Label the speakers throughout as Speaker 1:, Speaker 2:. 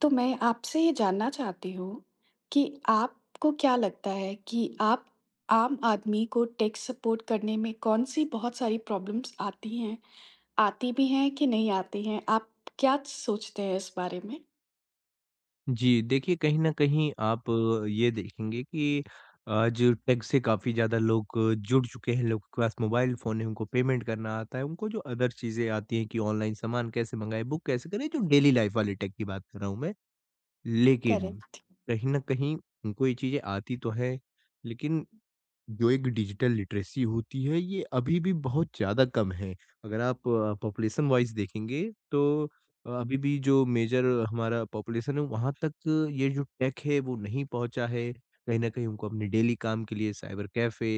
Speaker 1: तो मैं आपसे ये जानना चाहती हूँ कि आपको क्या लगता है कि आप आम आदमी को टेक सपोर्ट करने में कौन-सी बहुत सारी प्रॉब्लम्स आती हैं? आती भी हैं कि नहीं आती हैं? आप क्या सोचते हैं इस बारे में?
Speaker 2: जी, देखिए कहीं न कहीं आप ये देखेंगे कि आज टेक से काफ़ी ज़्यादा लोग जुड़ चुके हैं। लोगों के पास मोबाइल फ़ोन है, उनको पेमेंट करना आता है, उनको जो अदर चीज़ें आती हैं कि ऑनलाइन सामान कैसे मँगाएँ, बुक कैसे करें, जो डेली लाइफ़ वाली टेक की बात कर रहा हूँ मैं। लेकिन
Speaker 1: करेक्ट।
Speaker 2: कहीं न कहीं उनको ये चीज़ें आती तो हैं, लेकिन जो एक डिजिटल लिटरेसी होती है ये अभी भी बहुत ज़्यादा कम है। अगर आप पॉपुलेशन वाइज़ देखेंगे तो अभी भी जो मेजर हमारा पॉपुलेशन है वहाँ तक ये जो टेक है वो नहीं पहुँचा है। कहीं न कहीं उनको अपने डेली काम के लिए साइबर कैफ़े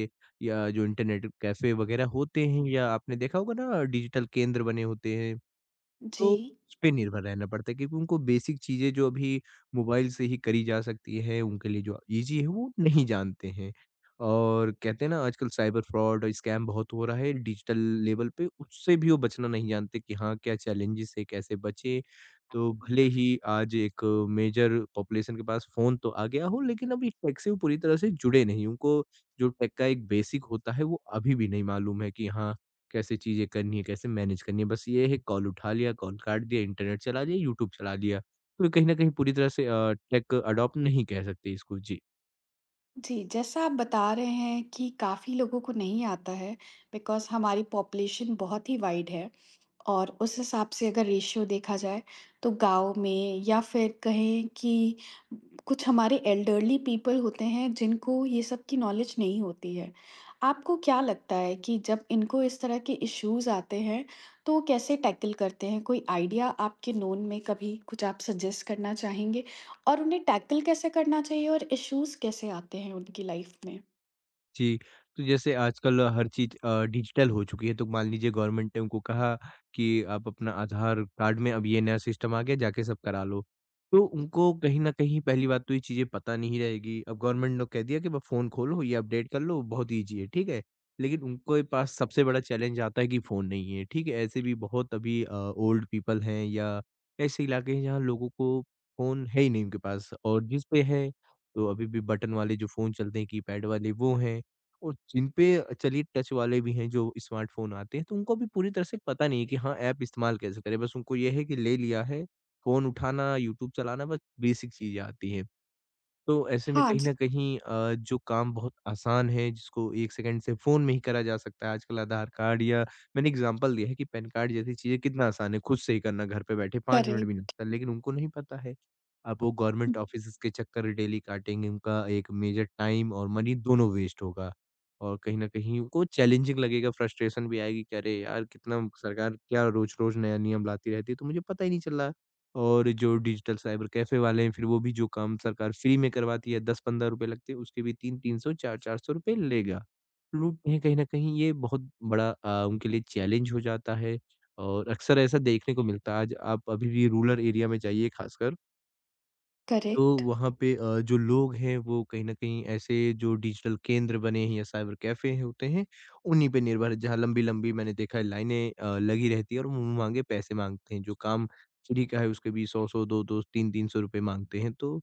Speaker 2: या जो इंटरनेट कैफ़े वग़ैरह होते हैं या आपने देखा होगा ना डिजिटल केंद्र बने होते हैं।
Speaker 1: जी।
Speaker 2: तो उसपे निर्भर रहना पड़ता है क्योंकि उनको बेसिक चीज़ें जो अभी मोबाइल से ही करी जा सकती है, उनके लिए जो ईज़ी है वो नहीं जानते हैं। और कहते हैं ना आजकल साइबर फ्रॉड और स्कैम बहुत हो रहा है डिजिटल लेवल पे, उससे भी वो बचना नहीं जानते कि हाँ, क्या चैलेंजेज़ है, कैसे बचें? तो भले ही आज एक मेजर पॉपुलेशन के पास फ़ोन तो आ गया हो लेकिन अभी टेक से वो पूरी तरह से जुड़े नहीं। उनको जो टेक का एक बेसिक होता है वो अभी भी नहीं मालूम है कि हाँ, कैसे चीज़ें करनी है, कैसे मैनेज करनी है। बस ये है कॉल उठा लिया, कॉल काट दिया, इंटरनेट चला लिया, यूट्यूब चला लिया। तो कहीं न कहीं पूरी तरह से टेक अडॉप्ट नहीं कह सकते इसको। जी।
Speaker 1: जी, जैसा आप बता रहे हैं कि काफ़ी लोगों को नहीं आता है, बिकॉज़ हमारी पॉपुलेशन बहुत ही वाइड है। और उस हिसाब से अगर रेशियो देखा जाए, तो गाँव में या फिर कहें कि कुछ हमारे एल्डरली पीपल होते हैं जिनको ये सब की नॉलेज नहीं होती है। आपको क्या लगता है कि जब इनको इस तरह के इश्यूज़ आते हैं, तो कैसे टैकल करते हैं? कोई आइडिया आपके नोन में कभी कुछ आप सजेस्ट करना चाहेंगे? और उन्हें टैकल कैसे करना चाहिए और इश्यूज़ कैसे आते हैं उनकी लाइफ़ में?
Speaker 2: जी, तो जैसे आजकल हर चीज़ डिजिटल हो चुकी है, तो मान लीजिए गवर्नमेंट ने उनको कहा कि आप अपना आधार कार्ड में अब ये नया सिस्टम आ गया, जाके सब करा लो। तो उनको कहीं न कहीं पहली बात तो ये चीज़ें पता नहीं रहेगी। अब गवर्नमेंट ने कह दिया कि ब फ़ोन खोलो, ये अपडेट कर लो, बहुत ईज़ी है, ठीक है? लेकिन उनके पास सबसे बड़ा चैलेंज आता है कि फ़ोन नहीं है, ठीक है? ऐसे भी बहुत अभी ओल्ड पीपल हैं या ऐसे इलाके हैं जहाँ लोगों को फ़ोन है ही नहीं उनके पास और जिस पे है, तो अभी भी बटन वाले जो फ़ोन चलते हैं, कीपैड वाले वो हैं। और जिन पे चलिए टच वाले भी हैं जो स्मार्टफ़ोन आते हैं, तो उनको भी पूरी तरह से पता नहीं है कि हाँ, ऐप इस्तेमाल कैसे करें? बस उनको ये है कि ले लिया है, फ़ोन उठाना, यूट्यूब चलाना बस बेसिक चीज़ें आती हैं। तो ऐसे में
Speaker 1: हाँ
Speaker 2: कहीं
Speaker 1: जी,
Speaker 2: न कहीं जो काम बहुत आसान है, जिसको 1 सेकंड से फ़ोन में ही करा जा सकता है, आजकल आधार कार्ड या मैंने एग्ज़ाम्पल दिया है कि पैन कार्ड जैसी चीज़ें कितना आसान है, खुद से ही करना घर पे बैठे 5 मिनट भी नहीं
Speaker 1: करेक्ट,
Speaker 2: लगता, लेकिन उनको नहीं पता है। अब वो गवर्नमेंट ऑफ़िसेज़ के चक्कर डेली काटेंगे, उनका एक मेजर टाइम और मनी दोनों वेस्ट होगा और कहीं न कहीं उनको चैलेंजिंग लगेगा, फ्रस्ट्रेशन भी आएगी कि अरे यार! कितना सरकार क्या रोज़-रोज़ नया नियम लाती रहती है, तो मुझे पता ही नहीं चल रहा। और जो डिजिटल साइबर कैफ़े वाले हैं, फिर वो भी जो काम सरकार फ्री में करवाती है, 10-15 रुपए लगते हैं, उसके भी 3-300 4-400 रुपए लेगा। लोग कहीं कहीं न कहीं ये बहुत बड़ा उनके लिए चैलेंज हो जाता है और अक्सर ऐसा देखने को मिलता है। आज आप अभी भी रूरल एरिया में जाइए खासकर। तो
Speaker 1: करेक्ट।
Speaker 2: वहाँ पे जो लोग हैं वो कहीं न कहीं ऐसे जो डिजिटल केंद्र बने हैं या साइबर कैफ़े होते हैं, उन्हीं पे निर्भर है जहाँ लंबी-लंबी मैंने देखा है लाइनें लगी रहती है और मुँह माँगे पैसे माँगते हैं, जो काम फ्री का है उसके भी 100-100 2-2 3-300 रुपए माँगते हैं। तो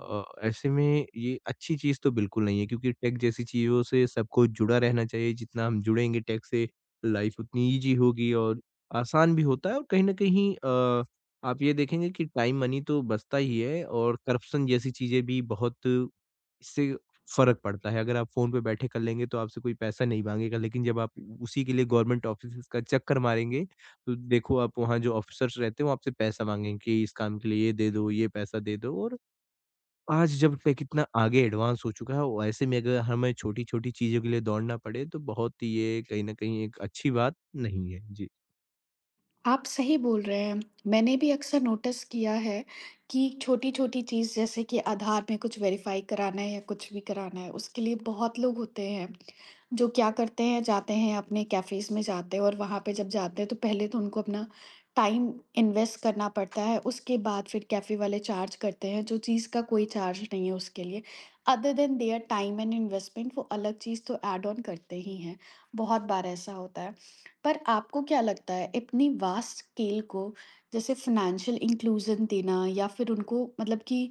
Speaker 2: ऐसे में ये अच्छी चीज़ तो बिल्कुल नहीं है क्योंकि टेक जैसी चीज़ों से सबको जुड़ा रहना चाहिए, जितना हम जुड़ेंगे टेक से लाइफ़ उतनी ईज़ी होगी और आसान भी होता है और कहीं न कहीं आप ये देखेंगे कि टाइम मनी तो बचता ही है और करप्शन जैसी चीज़ें भी बहुत इससे फ़र्क पड़ता है। अगर आप फ़ोन पे बैठे कर लेंगे तो आपसे कोई पैसा नहीं माँगेगा, लेकिन जब आप उसी के लिए गवर्नमेंट ऑफ़िसेज़ का चक्कर मारेंगे, तो देखो आप वहाँ जो ऑफ़िसर्स रहते हैं वो आपसे पैसा माँगेंगे कि इस काम के लिए ये दे दो, ये पैसा दे दो और आज जब पे कितना आगे एडवांस हो चुका है और ऐसे में अगर हमें छोटी-छोटी चीज़ों के लिए दौड़ना पड़े तो बहुत ही ये कहीं न कहीं एक अच्छी बात नहीं है। जी।
Speaker 1: आप सही बोल रहे हैं। मैंने भी अक्सर नोटिस किया है कि छोटी-छोटी चीज़, जैसे कि आधार में कुछ वेरीफ़ाई कराना है या कुछ भी कराना है, उसके लिए बहुत लोग होते हैं, जो क्या करते हैं, जाते हैं अपने कैफ़ेज़ में जाते हैं, और वहाँ पे जब जाते हैं तो पहले तो उनको अपना टाइम इन्वेस्ट करना पड़ता है, उसके बाद फिर कैफ़े वाले चार्ज करते हैं, जो चीज़ का कोई चार्ज नहीं है उसके लिए। Other than their time and investment, वो अलग चीज़ तो ऐड ऑन करते ही हैं। बहुत बार ऐसा होता है। पर आपको क्या लगता है, इतनी वास्ट स्केल को, जैसे फाइनेंशियल इंक्लूजन देना या फिर उनको मतलब कि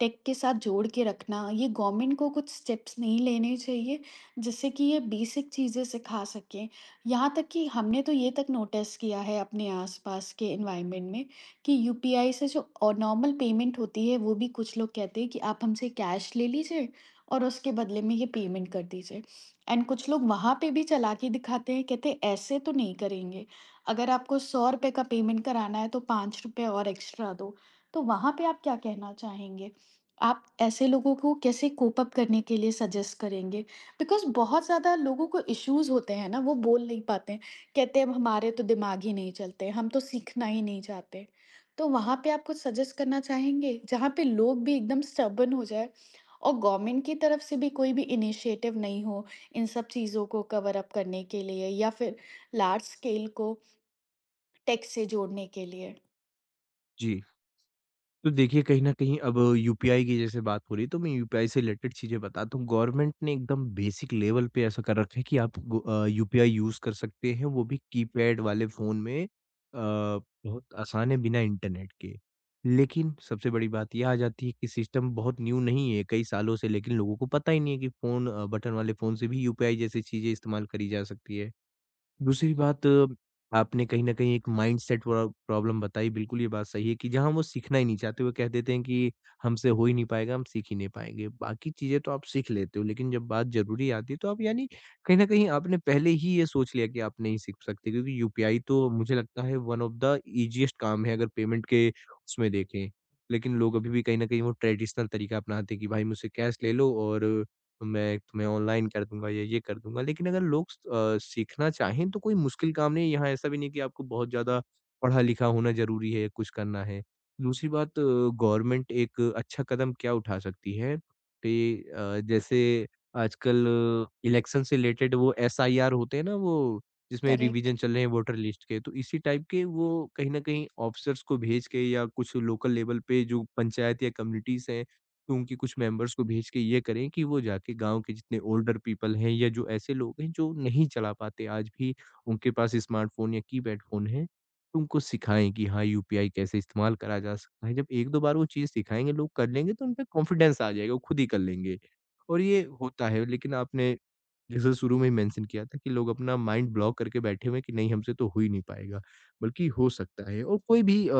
Speaker 1: टेक के साथ जोड़ के रखना, ये गवर्नमेंट को कुछ स्टेप्स नहीं लेने चाहिए, जिससे कि ये बेसिक चीज़ें सिखा सकें? यहाँ तक कि हमने तो ये तक नोटिस किया है अपने आसपास के एनवायरनमेंट में कि यूपीआई से जो और नॉर्मल पेमेंट होती है, वो भी कुछ लोग कहते हैं कि आप हमसे कैश ले लीजिए और उसके बदले में ये पेमेंट कर दीजिए। एंड कुछ लोग वहाँ पे भी चालाकी दिखाते हैं, कहते हैं, ऐसे तो नहीं करेंगे। अगर आपको ₹100 का पेमेंट कराना है तो ₹5 और एक्स्ट्रा दो। तो वहाँ पे आप क्या कहना चाहेंगे? आप ऐसे लोगों को कैसे कोप अप करने के लिए सजेस्ट करेंगे? बिकॉज़ बहुत ज़्यादा लोगों को इश्यूज़ होते हैं ना, वो बोल नहीं पाते हैं। कहते हैं, "अब हमारे तो दिमाग ही नहीं चलते, हम तो सीखना ही नहीं चाहते।" तो वहाँ पे आप कुछ सजेस्ट करना चाहेंगे? जहाँ पे लोग भी एकदम स्टबर्न हो जाएँ और गवर्नमेंट की तरफ से भी कोई भी इनिशिएटिव नहीं हो, इन सब चीज़ों को कवर अप करने के लिए या फिर लार्ज स्केल को टेक से जोड़ने के लिए।
Speaker 2: जी, तो देखिए कहीं न कहीं अब यूपीआई की जैसे बात हो रही है तो मैं यूपीआई से रिलेटेड चीज़ें बताता हूँ। गवर्नमेंट ने एकदम बेसिक लेवल पे ऐसा कर रखा है कि आप यूपीआई यूज़ कर सकते हैं वो भी कीपैड वाले फ़ोन में। बहुत आसान है बिना इंटरनेट के। लेकिन सबसे बड़ी बात ये आ जाती है कि सिस्टम बहुत न्यू नहीं है कई सालों से लेकिन लोगों को पता ही नहीं है कि बटन वाले फ़ोन से भी यूपीआई जैसी चीज़ें इस्तेमाल करी जा सकती है। दूसरी बात आपने कहीं न कहीं एक माइंडसेट प्रो प्रॉब्लम बताई, बिल्कुल ये बात सही है कि जहाँ वो सीखना ही नहीं चाहते, वो कह देते हैं कि हमसे हो ही नहीं पाएगा, हम सीख ही नहीं पाएँगे। बाकी चीज़ें तो आप सीख लेते हो, लेकिन जब बात ज़रूरी आती है तो आप यानी कहीं न कहीं आपने पहले ही ये सोच लिया कि आप नहीं सीख सकते क्योंकि यूपीआई तो मुझे लगता है वन ऑफ द ईज़ीएस्ट काम है अगर पेमेंट के उसमें देखें। लेकिन लोग अभी भी कहीं न कहीं वो ट्रेडिशनल तरीका अपनाते हैं कि भाई मुझसे कैश ले लो और तो मैं तुम्हें ऑनलाइन कर दूँगा या ये कर दूँगा। लेकिन अगर लोग सीखना चाहें तो कोई मुश्किल काम नहीं है, यहाँ ऐसा भी नहीं है कि आपको बहुत ज़्यादा पढ़ा-लिखा होना ज़रूरी है, कुछ करना है। दूसरी बात गवर्नमेंट एक अच्छा कदम क्या उठा सकती है कि जैसे आजकल इलेक्शन से रिलेटेड वो एसआईआर होते हैं ना वो, जिसमें
Speaker 1: करेक्ट,
Speaker 2: रिवीजन चल रहे हैं वोटर लिस्ट के, तो इसी टाइप के वो कहीं न कहीं ऑफिसर्स को भेज के या कुछ लोकल लेवल पे जो पंचायत या कम्युनिटीज़ हैं तो उनके कुछ मेंबर्स को भेज के ये करें कि वो जाके गाँव के जितने ओल्डर पीपल हैं या जो ऐसे लोग हैं जो नहीं चला पाते आज भी उनके पास स्मार्टफ़ोन या कीपैड फ़ोन है, तो उनको सिखाएँ कि हाँ, यूपीआई कैसे इस्तेमाल करा जा सकता है। जब 1-2 बार वो चीज़ सिखाएँगे, लोग कर लेंगे तो उन पे कॉन्फिडेंस आ जाएगा, वो खुद ही कर लेंगे। और ये होता है लेकिन आपने जैसे शुरू में ही मेंशन किया था कि लोग अपना माइंड ब्लॉक करके बैठे हुए हैं कि नहीं हमसे तो हो ही नहीं पाएगा, बल्कि हो सकता है और कोई भी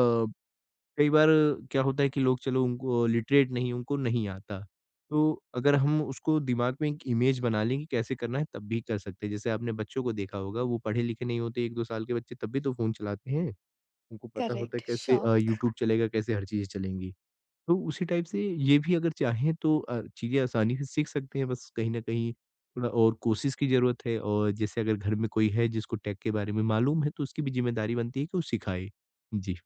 Speaker 2: कई बार क्या होता है कि लोग चलो उनको लिटरेट नहीं उनको नहीं आता। तो अगर हम उसको दिमाग में एक इमेज बना लें कि कैसे करना है तब भी कर सकते हैं। जैसे आपने बच्चों को देखा होगा वो पढ़े-लिखे नहीं होते 1-2 साल के बच्चे तब भी तो फ़ोन चलाते हैं। उनको पता होता है
Speaker 1: करेक्ट,
Speaker 2: कैसे
Speaker 1: श्योर।
Speaker 2: यूट्यूब चलेगा, कैसे हर चीज़ें चलेंगी। तो उसी टाइप से ये भी अगर चाहें तो चीज़ें आसानी से सीख सकते हैं बस कहीं न कहीं थोड़ा और कोशिश की ज़रूरत है और जैसे अगर घर में कोई है जिसको टेक के बारे में मालूम है तो उसकी भी ज़िम्मेदारी बनती है कि वो सिखाए। जी।